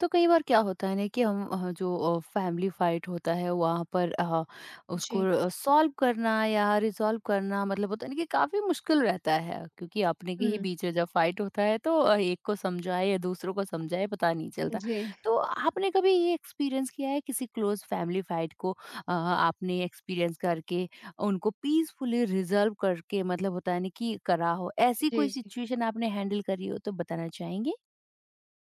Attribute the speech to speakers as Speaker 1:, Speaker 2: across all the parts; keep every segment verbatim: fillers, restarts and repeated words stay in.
Speaker 1: तो कई बार क्या होता है ना कि हम अ, जो फैमिली फाइट होता है वहाँ पर अ, उसको
Speaker 2: जी।
Speaker 1: सॉल्व करना या रिजॉल्व करना मतलब होता है ना कि काफी मुश्किल रहता है क्योंकि अपने के ही
Speaker 2: हुँ।
Speaker 1: बीच में जब फाइट होता है तो अ, एक को समझाए या दूसरों को समझाए पता नहीं चलता।
Speaker 2: जी।
Speaker 1: तो आपने कभी ये एक्सपीरियंस किया है किसी क्लोज फैमिली फाइट को? अ, आपने एक्सपीरियंस करके उनको पीसफुली रिजॉल्व करके मतलब होता है ना कि करा हो ऐसी
Speaker 2: जी,
Speaker 1: कोई
Speaker 2: जी।
Speaker 1: सिचुएशन आपने हैंडल करी हो तो बताना चाहेंगे।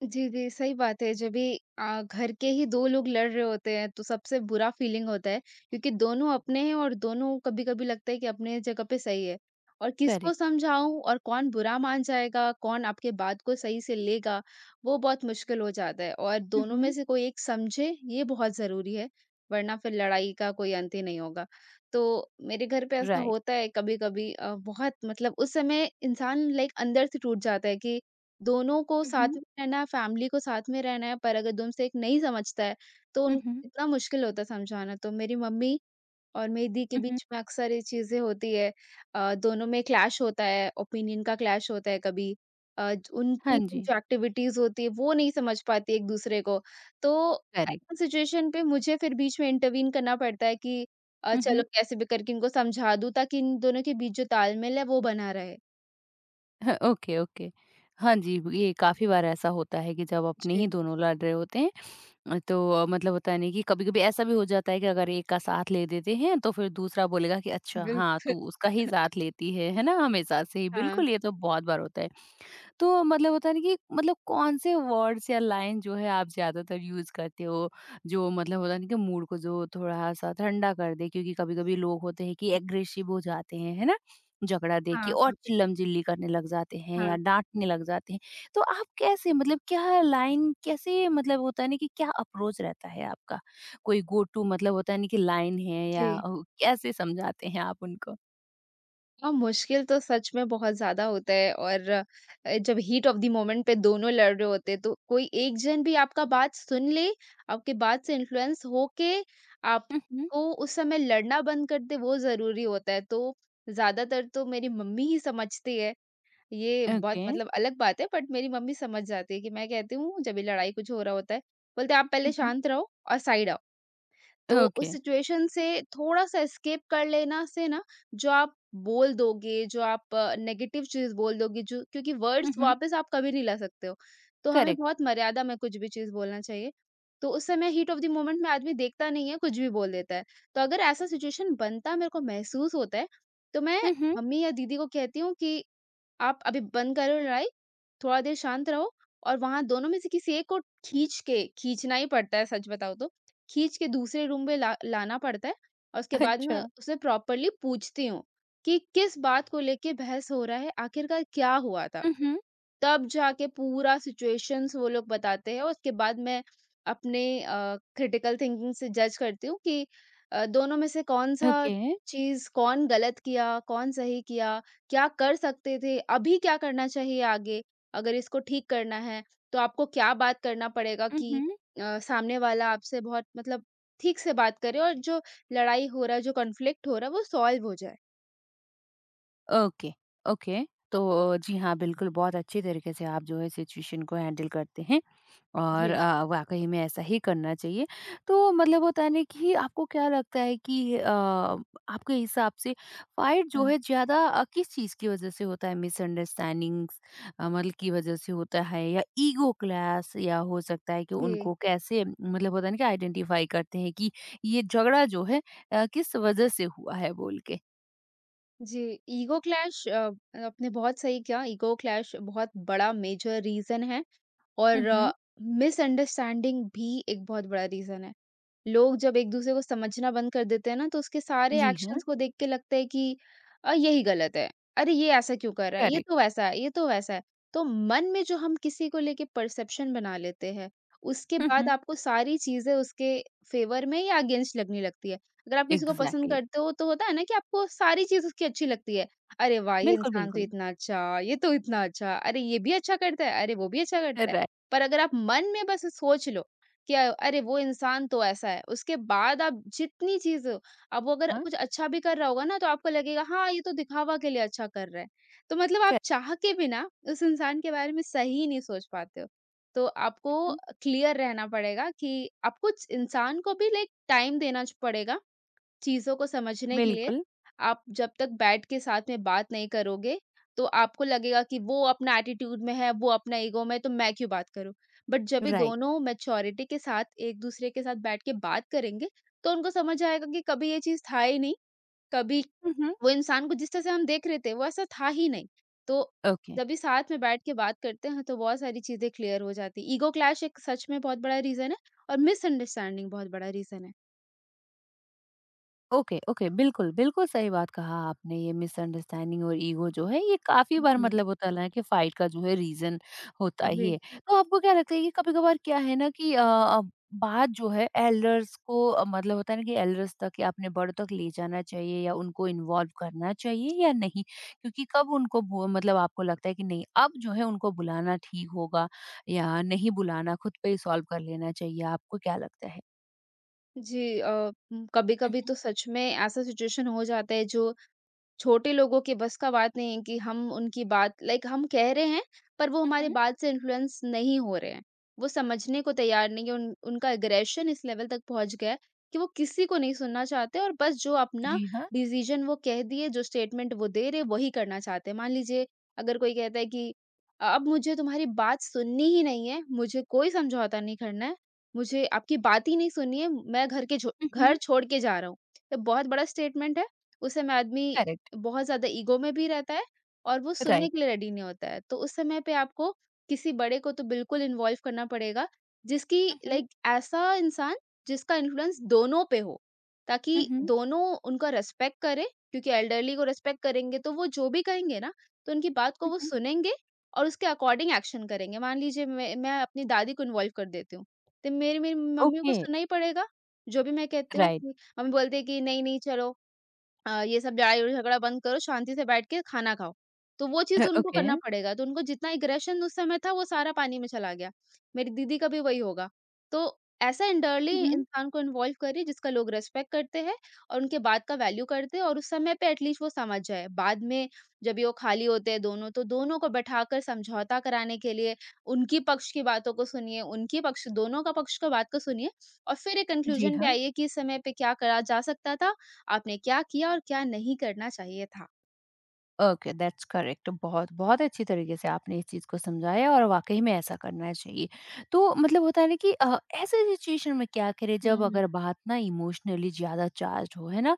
Speaker 2: जी, जी, सही बात है। जब भी अ, घर के ही दो लोग लड़ रहे होते हैं, तो सबसे बुरा फीलिंग होता है, क्योंकि दोनों अपने हैं और दोनों कभी-कभी लगता है कि अपने जगह पे सही है। और किसको
Speaker 1: करेक्ट।
Speaker 2: समझाऊँ और कौन बुरा मान जाएगा, कौन आपके बात को सही से लेगा, वो बहुत मुश्किल हो जाता है। और दोनों में
Speaker 1: हम्म।
Speaker 2: से कोई एक समझे, ये बहुत ज़रूरी है, वरना फिर लड़ाई का कोई अंत ही नहीं होगा। तो मेरे घर पे ऐसा होता है कभी-कभी अ, बहुत मतलब उस समय इंसान लाइक अंदर से टूट जाता है कि दोनों को
Speaker 1: हुँ,
Speaker 2: साथ
Speaker 1: हुँ।
Speaker 2: में रहना है, फैमिली को साथ में रहना है, पर अगर दोनों से एक नहीं समझता है, तो
Speaker 1: हुँ,
Speaker 2: उन
Speaker 1: हुँ।
Speaker 2: इतना मुश्किल होता है समझाना। तो मेरी मम्मी और मेरी दी के
Speaker 1: हुँ, हुँ।
Speaker 2: बीच में अक्सर ये चीज़ें होती है। अ, दोनों में क्लैश होता है, ओपिनियन का क्लैश होता है कभी। अ, ज
Speaker 1: हाँ
Speaker 2: उनकी
Speaker 1: जी,
Speaker 2: जो एक्टिविटीज़ होती है, वो नहीं समझ पाती एक-दूसरे को। तो
Speaker 1: करेक्ट।
Speaker 2: ऐसी सिचुएशन पे मुझे फिर बीच में इंटरवीन करना पड़ता है कि अ,
Speaker 1: हुँ,
Speaker 2: चलो
Speaker 1: हुँ।
Speaker 2: कैसे भी करके इनको समझा दूँ, ताकि इन दोनों के बीच जो तालमेल है, वो बना रहे।
Speaker 1: ह ओके, ओके। हाँ जी, ये काफ़ी बार ऐसा होता है कि जब अपने ही
Speaker 2: जी।
Speaker 1: दोनों लड़ रहे होते हैं, तो अ, मतलब होता है नहीं कि कभी-कभी ऐसा भी हो जाता है कि अगर एक का साथ ले देते हैं, तो फिर दूसरा बोलेगा कि अच्छा हाँ,
Speaker 2: बिल्कुल।
Speaker 1: तू उसका ही साथ लेती है, है ना? हमेशा से ही।
Speaker 2: हाँ।
Speaker 1: बिल्कुल, ये तो बहुत बार होता है। तो मतलब होता है ना कि मतलब कौन-से वर्ड्स या लाइन जो है आप ज़्यादातर यूज़ करते हो, जो मतलब होता है ना कि मूड को जो थोड़ा-सा ठंडा कर दे? क्योंकि कभी-कभी लोग होते हैं कि एग्रेसिव हो जाते हैं, है ना? झगड़ा देख के
Speaker 2: हाँ,
Speaker 1: और
Speaker 2: हाँ,
Speaker 1: चिल्लम-चिल्ली करने लग जाते हैं या
Speaker 2: हाँ।
Speaker 1: डाँटने लग जाते हैं। तो आप कैसे मतलब क्या लाइन कैसे मतलब होता है ना कि क्या अप्रोच रहता है आपका? कोई गो टू मतलब होता है ना कि लाइन है
Speaker 2: जी।
Speaker 1: या अ, कैसे समझाते हैं आप उनको?
Speaker 2: हाँ, मुश्किल तो सच में बहुत ज़्यादा होता है और अ, जब हीट ऑफ द मोमेंट पे दोनों लड़ रहे होते हैं, तो कोई एक जन भी आपका बात सुन ले, आपकी बात से इन्फ्लुएंस होके
Speaker 1: हुँ, हुँ।
Speaker 2: आपको उस समय लड़ना बंद कर दे, वो ज़रूरी होता है। तो ज़्यादातर तो मेरी मम्मी ही समझती है। ये बहुत
Speaker 1: ओके।
Speaker 2: मतलब अलग बात है, बट मेरी मम्मी समझ जाती है कि मैं कहती हूँ, जब भी लड़ाई कुछ हो रहा होता है, बोलते हैं, "आप पहले
Speaker 1: हुँ, हुँ।
Speaker 2: शांत रहो और साइड आओ।" तो
Speaker 1: ओके।
Speaker 2: उस सिचुएशन से थोड़ा-सा एस्केप कर लेना से ना, जो आप बोल दोगे, जो आप नेगेटिव चीज़ बोल दोगे जो क्योंकि
Speaker 1: हुँ,
Speaker 2: वर्ड्स
Speaker 1: हुँ।
Speaker 2: वापस आप कभी नहीं ला सकते हो। तो हमें
Speaker 1: करेक्ट।
Speaker 2: बहुत मर्यादा में कुछ भी चीज़ बोलना चाहिए। तो उस समय हीट ऑफ द मोमेंट में आदमी देखता नहीं है, कुछ भी बोल देता है। तो अगर ऐसा सिचुएशन बनता मेरे को महसूस होता है, तो मैं
Speaker 1: हुँ, हुँ।
Speaker 2: मम्मी या दीदी को कहती हूँ कि आप अभी बंद करो लड़ाई, थोड़ा देर शांत रहो और वहाँ दोनों में से किसी एक को खींच के खींचना ही पड़ता है सच बताऊँ तो, खींच के दूसरे रूम में ला लाना पड़ता है और उसके बाद मैं
Speaker 1: अच्छा।
Speaker 2: उसे प्रॉपर्ली पूछती हूँ कि किस बात को लेके बहस हो रहा है, आखिरकार क्या हुआ था?
Speaker 1: हुँ, हुँ।
Speaker 2: तब जाके पूरा सिचुएशंस वो लोग बताते हैं और उसके बाद मैं अपने क्रिटिकल थिंकिंग से जज करती हूँ कि अ, दोनों में से कौन सा
Speaker 1: ओके।
Speaker 2: चीज कौन गलत किया कौन सही किया क्या कर सकते थे अभी क्या करना चाहिए आगे अगर इसको ठीक करना है तो आपको क्या बात करना पड़ेगा
Speaker 1: हुँ,
Speaker 2: कि
Speaker 1: हुँ।
Speaker 2: अ, सामने वाला आपसे बहुत मतलब ठीक से बात करे और जो लड़ाई हो रहा है जो कॉन्फ्लिक्ट हो रहा है वो सॉल्व हो जाए।
Speaker 1: Okay, okay. तो जी हाँ, बिल्कुल बहुत अच्छे तरीके से आप जो है सिचुएशन को हैंडल करते हैं। और
Speaker 2: जी।
Speaker 1: अ, वाक़ई में ऐसा ही करना चाहिए। तो मतलब होता है ना कि आपको क्या लगता है कि अ, आपके हिसाब से फाइट जो
Speaker 2: हम्म।
Speaker 1: है ज़्यादा अ, किस चीज़ की वज़ह से होता है? मिसअंडरस्टैंडिंग्स अ, मतलब की वज़ह से होता है या ईगो क्लैश या हो सकता है कि
Speaker 2: जी।
Speaker 1: उनको कैसे मतलब होता है ना कि आइडेंटिफ़ाई करते हैं कि ये झगड़ा जो है अ, किस वज़ह से हुआ है बोल के?
Speaker 2: जी, ईगो क्लैश अ, आपने बहुत सही कहा ईगो क्लैश बहुत बड़ा मेजर रीज़न है
Speaker 1: हुँ,
Speaker 2: और
Speaker 1: हुँ।
Speaker 2: मिसअंडरस्टैंडिंग भी एक बहुत बड़ा रीज़न है। लोग जब एक-दूसरे को समझना बंद कर देते हैं ना, तो उसके सारे
Speaker 1: जी हाँ,
Speaker 2: एक्शंस को देख के लगता है कि अ, यही गलत है। अरे! ये ऐसा क्यों कर रहा है? ये
Speaker 1: करेक्ट।
Speaker 2: तो वैसा है, ये तो वैसा है। तो मन में जो हम किसी को लेके परसेप्शन बना लेते हैं, उसके
Speaker 1: हुँ,
Speaker 2: बाद
Speaker 1: हुँ।
Speaker 2: आपको सारी चीज़ें उसके फ़ेवर में या अगेंस्ट लगने लगती है। अगर आप किसी को पसंद
Speaker 1: एग्ज़ैक्टली।
Speaker 2: करते हो, तो होता है ना कि आपको सारी चीज़ उसकी अच्छी लगती है। अरे वाह! ये
Speaker 1: बिल्कुल,
Speaker 2: इंसान तो
Speaker 1: बिल्कुल।
Speaker 2: इतना अच्छा, ये तो इतना अच्छा, अरे ये भी अच्छा करता है, अरे वो भी अच्छा करता है।
Speaker 1: राइट।
Speaker 2: पर अगर आप मन में बस सोच लो क्या अरे वो इंसान तो ऐसा है। उसके बाद आप जितनी चीज़ अब वो अगर
Speaker 1: हाँ,
Speaker 2: कुछ अच्छा भी कर रहा होगा ना तो आपको लगेगा हाँ, ये तो दिखावा के लिए अच्छा कर रहा है। तो मतलब आप
Speaker 1: करेक्ट।
Speaker 2: चाह के भी ना उस इंसान के बारे में सही नहीं सोच पाते हो। तो आपको क्लियर रहना पड़ेगा कि आपको इंसान को भी लाइक टाइम देना च पड़ेगा चीज़ों को समझने के लिए।
Speaker 1: बिल्कुल,
Speaker 2: आप जब तक बैठ के साथ में बात नहीं करोगे, तो आपको लगेगा कि वो अपना एटीट्यूड में है, वो अपना ईगो में है, तो मैं क्यों बात करूँ? बट जब ये
Speaker 1: राइट।
Speaker 2: दोनों मैच्योरिटी के साथ एक-दूसरे के साथ बैठ के बात करेंगे, तो उनको समझ आएगा कि कभी ये चीज़ था ही नहीं, कभी
Speaker 1: हुँ, हुँ।
Speaker 2: वो इंसान को जिस तरह से हम देख रहे थे, वो ऐसा था ही नहीं। तो
Speaker 1: ओके,
Speaker 2: जब भी साथ में बैठ के बात करते हैं, तो बहुत सारी चीज़ें क्लियर हो जाती हैं। ईगो क्लैश एक सच में बहुत बड़ा रीज़न है और मिसअंडरस्टैंडिंग बहुत बड़ा रीज़न है।
Speaker 1: ओके, ओके, बिल्कुल, बिल्कुल सही बात कहा आपने, ये मिसअंडरस्टैंडिंग और ईगो जो है ये काफ़ी बार
Speaker 2: हुँ,
Speaker 1: मतलब होता है ना कि फाइट का जो है रीज़न होता ही
Speaker 2: जी।
Speaker 1: है। तो आपको क्या लगता है कि कभी-कभार क्या है ना कि अ अ, बात जो है एल्डर्स को अ, मतलब होता है ना कि एल्डर्स तक या अपने बड़ों तक ले जाना चाहिए या उनको इन्वॉल्व करना चाहिए या नहीं? क्योंकि कब उनको बो मतलब आपको लगता है कि नहीं अब जो है उनको बुलाना ठीक होगा या नहीं बुलाना खुद पे ही सॉल्व कर लेना चाहिए, आपको क्या लगता है?
Speaker 2: जी अ,
Speaker 1: हुँ,
Speaker 2: कभी-कभी
Speaker 1: हुँ।
Speaker 2: तो सच में ऐसा सिचुएशन हो जाता है जो छोटे लोगों के बस का बात नहीं है कि हम उनकी बात लाइक हम कह रहे हैं, पर वो
Speaker 1: हुँ,
Speaker 2: हमारी
Speaker 1: हुँ।
Speaker 2: बात से इन्फ्लुएंस नहीं हो रहे हैं। वो समझने को तैयार नहीं है, उन उनका एग्रेशन इस लेवल तक पहुँच गया है कि वो किसी को नहीं सुनना चाहते और बस जो अपना
Speaker 1: जी हाँ।
Speaker 2: डिसीज़न वो कह दिए, जो स्टेटमेंट वो दे रहे, वही करना चाहते हैं। मान लीजिए अगर कोई कहता है कि अ, अब मुझे तुम्हारी बात सुननी ही नहीं है, मुझे कोई समझौता नहीं करना है, मुझे आपकी बात ही नहीं सुननी है, मैं घर के छो
Speaker 1: हुँ,
Speaker 2: घर
Speaker 1: हुँ।
Speaker 2: छोड़ के जा रहा हूँ। तो बहुत बड़ा स्टेटमेंट है, उस समय आदमी
Speaker 1: करेक्ट,
Speaker 2: बहुत ज़्यादा ईगो में भी रहता है और वो सुनने के
Speaker 1: राइट।
Speaker 2: लिए रेडी नहीं होता है। तो उस समय पे आपको किसी बड़े को तो बिल्कुल इन्वॉल्व करना पड़ेगा, जिसकी
Speaker 1: हुँ, हुँ।
Speaker 2: लाइक ऐसा इंसान जिसका इन्फ्लुएंस दोनों पे हो, ताकि
Speaker 1: हुँ, हुँ।
Speaker 2: दोनों उनका रिस्पेक्ट करें क्योंकि एल्डरली को रिस्पेक्ट करेंगे तो वो जो भी कहेंगे ना, तो उनकी बात को
Speaker 1: हुँ,
Speaker 2: वो
Speaker 1: हुँ।
Speaker 2: सुनेंगे और उसके अकॉर्डिंग एक्शन करेंगे। मान लीजिए मैं मैं अपनी दादी को इन्वॉल्व कर देती हूँ, तो मेरी मेरी मम्मी को
Speaker 1: ओके,
Speaker 2: सुनना ही पड़ेगा, जो भी मैं कहती हूँ
Speaker 1: राइट।
Speaker 2: कि मम्मी बोलती है कि नहीं, नहीं चलो अ, ये सब लड़ाई और झगड़ा बंद करो, शांति से बैठ के खाना खाओ। तो वो चीज़
Speaker 1: अ,
Speaker 2: उनको
Speaker 1: ओके।
Speaker 2: करना पड़ेगा, तो उनको जितना एग्रेशन उस समय था वो सारा पानी में चला गया। मेरी दीदी का भी वही होगा। तो ऐसा एल्डरली
Speaker 1: हुँ, हुँ।
Speaker 2: इंसान को इन्वॉल्व करिए जिसका लोग रिस्पेक्ट करते हैं और उनके बात का वैल्यू करते हैं और उस समय पे एटलीस्ट वो समझ जाए। बाद में जब ये वो खाली होते हैं दोनों, तो दोनों को बैठाकर समझौता कराने के लिए उनकी पक्ष की बातों को सुनिए, उनकी पक्ष दोनों का पक्ष का बात को सुनिए और फिर एक
Speaker 1: जी
Speaker 2: कन्क्लूज़न पे
Speaker 1: हाँ।
Speaker 2: आइए कि इस समय पे क्या करा जा सकता था आपने क्या किया और क्या नहीं करना चाहिए था?
Speaker 1: Okay, that's correct. बहुत, बहुत अच्छी तरीके से आपने इस चीज़ को समझाया और वाक़ई में ऐसा करना चाहिए। तो मतलब होता है ना कि अ, ऐसे सिचुएशन में क्या करें
Speaker 2: हुँ,
Speaker 1: जब
Speaker 2: हुँ।
Speaker 1: अगर बात ना इमोशनली ज़्यादा चार्ज्ड हो, है ना?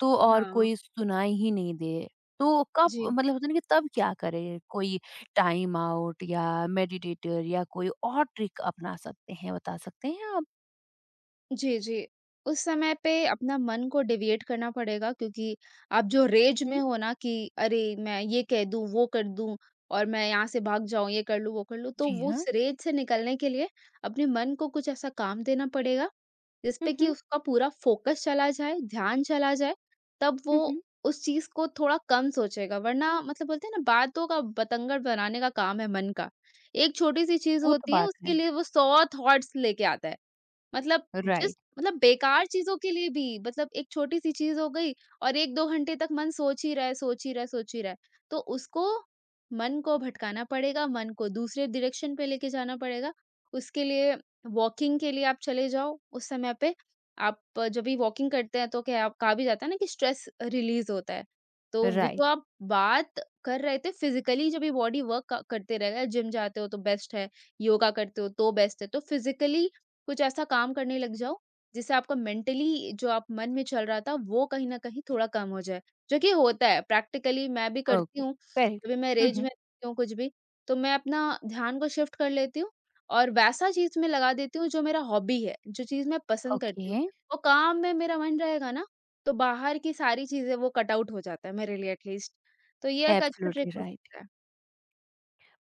Speaker 1: तो और
Speaker 2: हाँ।
Speaker 1: कोई सुनाई ही नहीं दे, तो कब
Speaker 2: जी।
Speaker 1: मतलब होता है ना कि तब क्या करें? कोई टाइम आउट या मेडिटेटर या कोई और ट्रिक अपना सकते हैं, बता सकते हैं आप?
Speaker 2: जी, जी। उस समय पे अपना मन को डेविएट करना पड़ेगा क्योंकि आप जो रेज
Speaker 1: उहुँ।
Speaker 2: में हो ना कि अरे! मैं ये कह दूँ, वो कर दूँ और मैं यहाँ से भाग जाऊँ, ये कर लूँ, वो कर लूँ, तो
Speaker 1: जी
Speaker 2: वो उस
Speaker 1: हाँ।
Speaker 2: रेज से निकलने के लिए अपने मन को कुछ ऐसा काम देना पड़ेगा
Speaker 1: हुँ,
Speaker 2: जिसपे कि
Speaker 1: हुँ,
Speaker 2: उसका पूरा फ़ोकस चला जाए, ध्यान चला जाए, तब
Speaker 1: हुँ,
Speaker 2: वो
Speaker 1: हुँ।
Speaker 2: उस चीज़ को थोड़ा कम सोचेगा, वरना मतलब बोलते हैं ना बातों का बतंगड़ बनाने का काम है मन का। एक छोटी-सी चीज़
Speaker 1: वो तो
Speaker 2: होती है
Speaker 1: बात
Speaker 2: उसके
Speaker 1: है।
Speaker 2: लिए वो सौ थॉट्स लेके आता है। मतलब जिस
Speaker 1: राइट,
Speaker 2: मतलब बेकार चीज़ों के लिए भी मतलब एक छोटी-सी चीज़ हो गई और एक दो घंटे तक मन सोच ही रहा है, सोच ही रहा है, सोच ही रहा है। तो उसको मन को भटकाना पड़ेगा, मन को दूसरे डायरेक्शन पे लेके जाना पड़ेगा। उसके लिए वॉकिंग के लिए आप चले जाओ उस समय पे। आप जब भी वॉकिंग करते हैं तो क्या आप कहा भी जाता है ना कि स्ट्रेस रिलीज़ होता है। तो वो
Speaker 1: राइट,
Speaker 2: जो आप बात कर रहे थे फिज़िकली जब भी बॉडी वर्क क करते रहेगा, जिम जाते हो तो बेस्ट है, योगा करते हो तो बेस्ट है। तो फिज़िकली कुछ ऐसा काम करने लग जाओ, जिससे आपका मेंटली जो आप मन में चल रहा था, वो कहीं न कहीं थोड़ा कम हो जाए। जो कि होता है, प्रैक्टिकली मैं भी करती
Speaker 1: ओके,
Speaker 2: हूँ।
Speaker 1: करेक्ट।
Speaker 2: कभी मैं
Speaker 1: हुँ,
Speaker 2: रेज
Speaker 1: हुँ,
Speaker 2: में रहती हूँ कुछ भी, तो मैं अपना ध्यान को शिफ्ट कर लेती हूँ और वैसा चीज़ में लगा देती हूँ जो मेरा हॉबी है, जो चीज़ मैं पसंद करती हूँ।
Speaker 1: ओके,
Speaker 2: वो काम में मेरा मन रहेगा ना, तो बाहर की सारी चीज़ें वो कट आउट हो जाता है मेरे लिए एटलीस्ट। तो ये एक अच्छा ट्रिक
Speaker 1: एब्सोल्युटली
Speaker 2: हो
Speaker 1: राइट।
Speaker 2: सकता है।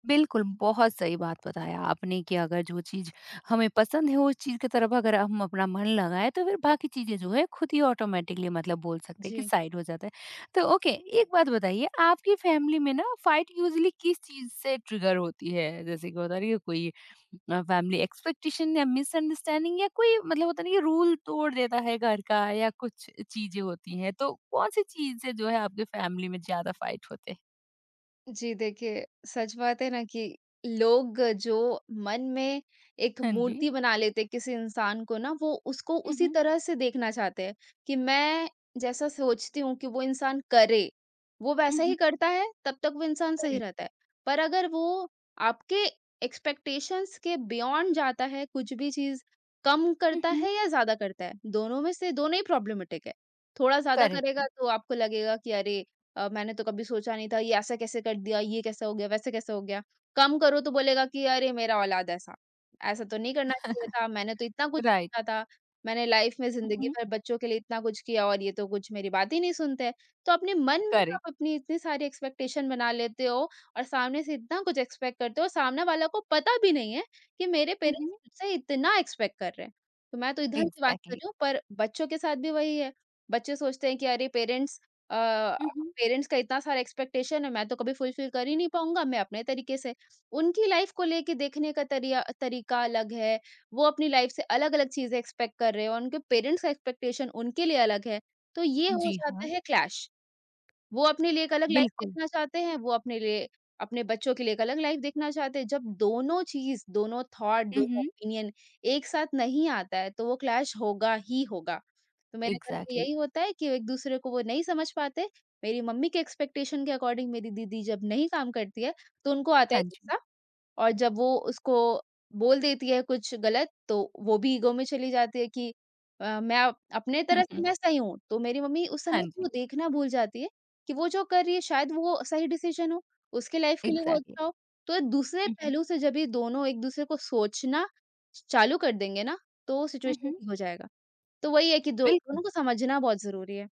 Speaker 1: बिल्कुल, बहुत सही बात बताया आपने कि अगर जो चीज़ हमें पसंद है, उस चीज़ की तरफ अगर हम अपना मन लगाएँ, तो फिर बाकी चीज़ें जो है खुद ही ऑटोमैटिकली मतलब बोल सकते हैं कि
Speaker 2: जी।
Speaker 1: साइड हो जाता है। तो ओके, एक बात बताइए आपकी फैमिली में ना फाइट यूज़ुअली किस चीज़ से ट्रिगर होती है? जैसे कि होता नहीं है ना कि कोई अ, फैमिली एक्सपेक्टेशन या मिसअंडरस्टैंडिंग या कोई मतलब होता नहीं कि रूल तोड़ देता है घर का या कुछ चीज़ें होती हैं, तो कौन-सी चीज़ से जो है आपकी फैमिली में ज़्यादा फाइट होते हैं?
Speaker 2: जी, देखिए, सच बात है ना कि लोग जो मन में एक
Speaker 1: हाँ जी।
Speaker 2: मूर्ति बना लेते हैं किसी इंसान को ना, वो उसको
Speaker 1: हुँ,
Speaker 2: उसी
Speaker 1: हुँ।
Speaker 2: तरह से देखना चाहते हैं कि मैं जैसा सोचती हूँ कि वो इंसान करे, वो
Speaker 1: हुँ,
Speaker 2: वैसा
Speaker 1: हुँ।
Speaker 2: ही करता है, तब तक वो इंसान सही
Speaker 1: करेक्ट।
Speaker 2: रहता है। पर अगर वो आपके एक्सपेक्टेशंस के बियॉन्ड जाता है, कुछ भी चीज़ कम करता
Speaker 1: Mhm.
Speaker 2: है या ज़्यादा करता है, दोनों में से दोनों ही प्रॉब्लमेटिक है। थोड़ा ज़्यादा
Speaker 1: करेक्ट
Speaker 2: करेगा
Speaker 1: है।
Speaker 2: तो आपको लगेगा कि अरे! अ, मैंने तो कभी सोचा नहीं था, ये ऐसा कैसे कर दिया, ये कैसे हो गया, वैसे कैसे हो गया। कम करो तो बोलेगा कि अरे मेरा औलाद ऐसा, ऐसा तो नहीं करना चाहिए था, मैंने तो इतना कुछ
Speaker 1: राइट।
Speaker 2: सोचा था। मैंने लाइफ में ज़िंदगी
Speaker 1: हुँ,
Speaker 2: भर बच्चों के लिए इतना कुछ किया और ये तो कुछ मेरी बात ही नहीं सुनते हैं। तो अपने मन में
Speaker 1: करेक्ट।
Speaker 2: आप अपनी इतनी सारी एक्सपेक्टेशन बना लेते हो और सामने से इतना कुछ एक्सपेक्ट करते हो, सामने वाला को पता भी नहीं है कि मेरे
Speaker 1: हुँ।
Speaker 2: पेरेंट्स
Speaker 1: हुँ।
Speaker 2: मुझसे इतना एक्सपेक्ट कर रहे हैं। तो मैं तो इधर की बात कर
Speaker 1: एग्ज़ैक्टली।
Speaker 2: रही हूँ, पर बच्चों के साथ भी वही है। बच्चे सोचते हैं कि अरे, पेरेंट्स अ,
Speaker 1: हुँ, हुँ।
Speaker 2: पेरेंट्स का इतना सारा एक्सपेक्टेशन है, मैं तो कभी फुलफिल कर ही नहीं पाऊँगा, मैं अपने तरीके से। उनकी लाइफ को लेके देखने का तरिया तरीका अलग है, वो अपनी लाइफ से अलग-अलग चीज़ें एक्सपेक्ट कर रहे हैं और उनके पेरेंट्स का एक्सपेक्टेशन उनके लिए अलग है, तो ये हो
Speaker 1: जी
Speaker 2: जाता
Speaker 1: हाँ,
Speaker 2: है क्लैश। वो अपने लिए एक अलग लाइफ
Speaker 1: बिल्कुल।
Speaker 2: देखना चाहते हैं, वो अपने लिए अपने बच्चों के लिए एक अलग लाइफ देखना चाहते हैं। जब दोनों चीज़, दोनों थॉट,
Speaker 1: हुँ,
Speaker 2: दोनों
Speaker 1: हुँ।
Speaker 2: ओपिनियन एक साथ नहीं आता है, तो वो क्लैश होगा ही होगा। तो मेरे घर पे
Speaker 1: एग्ज़ैक्टली।
Speaker 2: यही होता है कि एक-दूसरे को वो नहीं समझ पाते। मेरी मम्मी के एक्सपेक्टेशन के अकॉर्डिंग मेरी दीदी जब नहीं काम करती है, तो उनको आता है
Speaker 1: हाँ जी।
Speaker 2: गुस्सा। और जब वो उसको बोल देती है कुछ गलत, तो वो भी ईगो में चली जाती है कि अ, मैं अप अपने
Speaker 1: हुँ,
Speaker 2: तरह से
Speaker 1: हुँ।
Speaker 2: मैं सही हूँ। तो मेरी मम्मी उस
Speaker 1: हाँ
Speaker 2: समय को
Speaker 1: जी,
Speaker 2: देखना भूल जाती है कि वो जो कर रही है शायद वो सही डिसीजन हो, उसके लाइफ के लिए वो
Speaker 1: एग्ज़ैक्टली।
Speaker 2: अच्छा हो। तो दूसरे
Speaker 1: हुँ, हुँ।
Speaker 2: पहलू से जब ये दोनों एक-दूसरे को सोचना चालू कर देंगे ना, तो
Speaker 1: हुँ,
Speaker 2: सिचुएशन
Speaker 1: हुँ।
Speaker 2: ठीक हो जाएगा। तो वही है कि दो
Speaker 1: बिल्कुल।
Speaker 2: दोनों को समझना बहुत ज़रूरी है।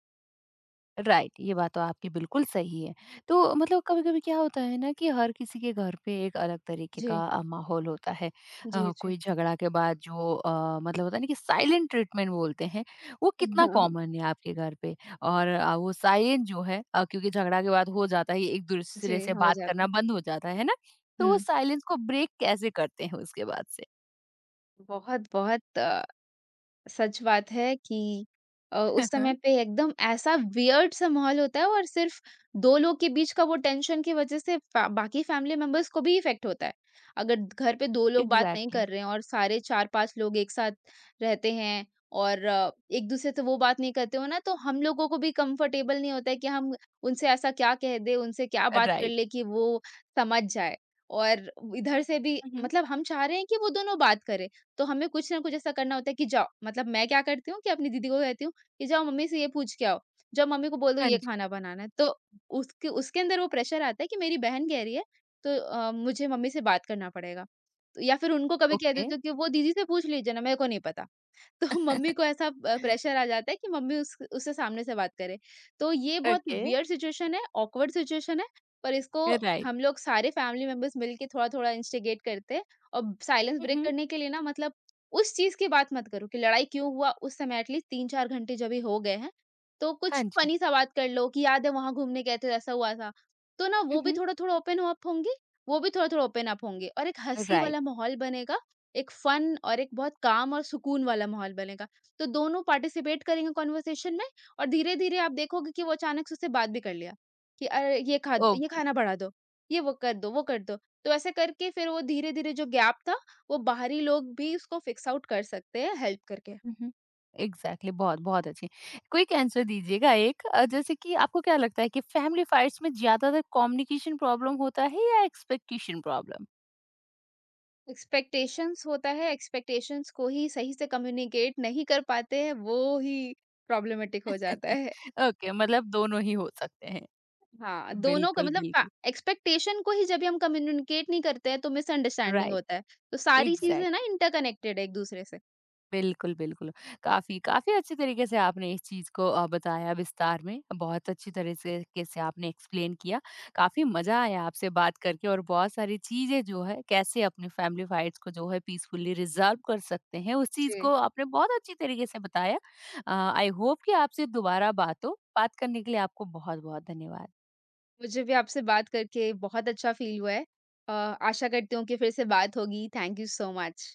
Speaker 1: राइट, ये बात तो आपकी बिल्कुल सही है। तो मतलब कभी कभी क्या होता है ना कि हर किसी के घर पे एक अलग तरीके का
Speaker 2: जी,
Speaker 1: अ, माहौल होता है।
Speaker 2: जी,
Speaker 1: अ,
Speaker 2: जी।
Speaker 1: कोई झगड़ा के बाद जो अ, मतलब होता है ना कि साइलेंट ट्रीटमेंट बोलते हैं, वो कितना
Speaker 2: हाँ।
Speaker 1: कॉमन है आपके घर पे? और अ, वो साइलेंट जो है अ, क्योंकि झगड़ा के बाद हो जाता है, एक
Speaker 2: जी,
Speaker 1: दूसरे से
Speaker 2: हो
Speaker 1: बात
Speaker 2: जाता
Speaker 1: करना
Speaker 2: है।
Speaker 1: बंद हो जाता है ना, तो वो
Speaker 2: हुँ।
Speaker 1: साइलेंस को ब्रेक कैसे करते हैं उसके बाद से?
Speaker 2: बहुत-बहुत, अ सच बात है कि अ, उस समय पे एकदम ऐसा वियर्ड सा माहौल होता है और सिर्फ दो लोग के बीच का वो टेंशन की वजह से फ़ै बाकी फैमिली मेंबर्स को भी इफ़ेक्ट होता है। अगर घर पे दो लोग बात नहीं
Speaker 1: एग्जैक्टली।
Speaker 2: कर रहे हैं और सारे चार पाँच लोग एक साथ रहते हैं और एक-दूसरे से वो बात नहीं करते हो ना, तो हम लोगों को भी कंफर्टेबल नहीं होता है कि हम उनसे ऐसा क्या कह दें, उनसे क्या बात कर
Speaker 1: राइट।
Speaker 2: लें कि वो समझ जाए। और इधर से भी मतलब हम चाह रहे हैं कि वो दोनों बात करें, तो हमें कुछ ना कुछ ऐसा करना होता है कि जाओ, मतलब मैं क्या करती हूँ कि अपनी दीदी को कहती हूँ कि जाओ मम्मी से ये पूछ के आओ, जाओ मम्मी को बोल दो
Speaker 1: हाँ
Speaker 2: ये
Speaker 1: जी।
Speaker 2: खाना बनाना है। तो उसके उसके अंदर वो प्रेशर आता है कि मेरी बहन कह रही है, तो अ, मुझे मम्मी से बात करना पड़ेगा। तो या फिर उनको कभी कह
Speaker 1: ओके।
Speaker 2: देती हूँ कि वो दीदी से पूछ लीजिए ना, मेरे को नहीं पता। तो मम्मी को ऐसा अ, प्रेशर आ जाता है कि मम्मी उस उससे सामने से बात करे। तो ये बहुत
Speaker 1: ओके।
Speaker 2: वियर्ड सिचुएशन है, ऑकवर्ड सिचुएशन है, पर इसको
Speaker 1: राइट।
Speaker 2: हम लोग सारे फैमिली मेंबर्स मिलके थोड़ा-थोड़ा इंस्टिगेट करते हैं और साइलेंस ब्रेक करने के लिए ना, मतलब उस चीज़ की बात मत करो कि लड़ाई क्यों हुआ, उस समय एटलीस्ट तीन चार घंटे जब ये हो गए हैं, तो कुछ
Speaker 1: हाँ जी।
Speaker 2: फ़नी सा बात कर लो कि याद है वहाँ घूमने गए थे, ऐसा हुआ था। तो ना वो
Speaker 1: हुँ,
Speaker 2: भी
Speaker 1: हुँ।
Speaker 2: थोड़ा-थोड़ा ओपन अप होंगी, वो भी थोड़ा-थोड़ा ओपन अप होंगे और एक हँसी
Speaker 1: राइट,
Speaker 2: वाला माहौल बनेगा, एक फन और एक बहुत काम और सुकून वाला माहौल बनेगा। तो दोनों पार्टिसिपेट करेंगे कन्वर्सेशन में और धीरे-धीरे आप देखोगे कि वो अचानक से उससे बात भी कर लिया कि अरे ये खा द ये
Speaker 1: ओके।
Speaker 2: खाना बढ़ा दो, ये वो कर दो, वो कर दो। तो ऐसे करके फिर वो धीरे-धीरे, जो गैप था, वो बाहरी लोग भी उसको फिक्स आउट कर सकते हैं हेल्प करके।
Speaker 1: हुँ, हुँ। एग्ज़ैक्टली, बहुत, बहुत अच्छी। क्विक आंसर दीजिएगा एक, अ, जैसे कि आपको क्या लगता है कि फैमिली फाइट्स में ज़्यादातर कम्युनिकेशन प्रॉब्लम होता है या एक्सपेक्टेशन प्रॉब्लम?
Speaker 2: एक्सपेक्टेशंस होता है, एक्सपेक्टेशंस को ही सही से कम्युनिकेट नहीं कर पाते हैं, वो ही प्रॉब्लमैटिक हो जाता है।
Speaker 1: ओके, मतलब दोनों ही हो सकते हैं।
Speaker 2: हाँ, दोनों का
Speaker 1: बिल्कुल,
Speaker 2: मतलब फै
Speaker 1: बिल्कुल।
Speaker 2: एक्सपेक्टेशन को ही जब भी हम कम्युनिकेट नहीं करते हैं, तो मिसअंडरस्टैंडिंग
Speaker 1: राइट,
Speaker 2: होता है। तो सारी चीज़ें ना
Speaker 1: एग्ज़ैक्टली।
Speaker 2: इंटरकनेक्टेड है एक-दूसरे से।
Speaker 1: बिल्कुल, बिल्कुल। काफ़ी काफ़ी अच्छे तरीके से आपने इस चीज़ को अ, बताया विस्तार में। बहुत अच्छी तरह से के से आपने एक्सप्लेन किया। काफ़ी मज़ा आया आपसे बात करके और बहुत सारी चीज़ें जो है कैसे अपनी फैमिली फाइट्स को जो है पीसफुली रिज़ॉल्व कर सकते हैं, उस चीज़
Speaker 2: जी।
Speaker 1: को आपने बहुत अच्छी तरीके से बताया। अ, आई होप कि आपसे दोबारा बात हो। बात करने के लिए आपको बहुत-बहुत धन्यवाद।
Speaker 2: मुझे भी आपसे बात करके बहुत अच्छा फ़ील हुआ है। अ, आशा करती हूँ कि फिर से बात होगी। Thank you so much.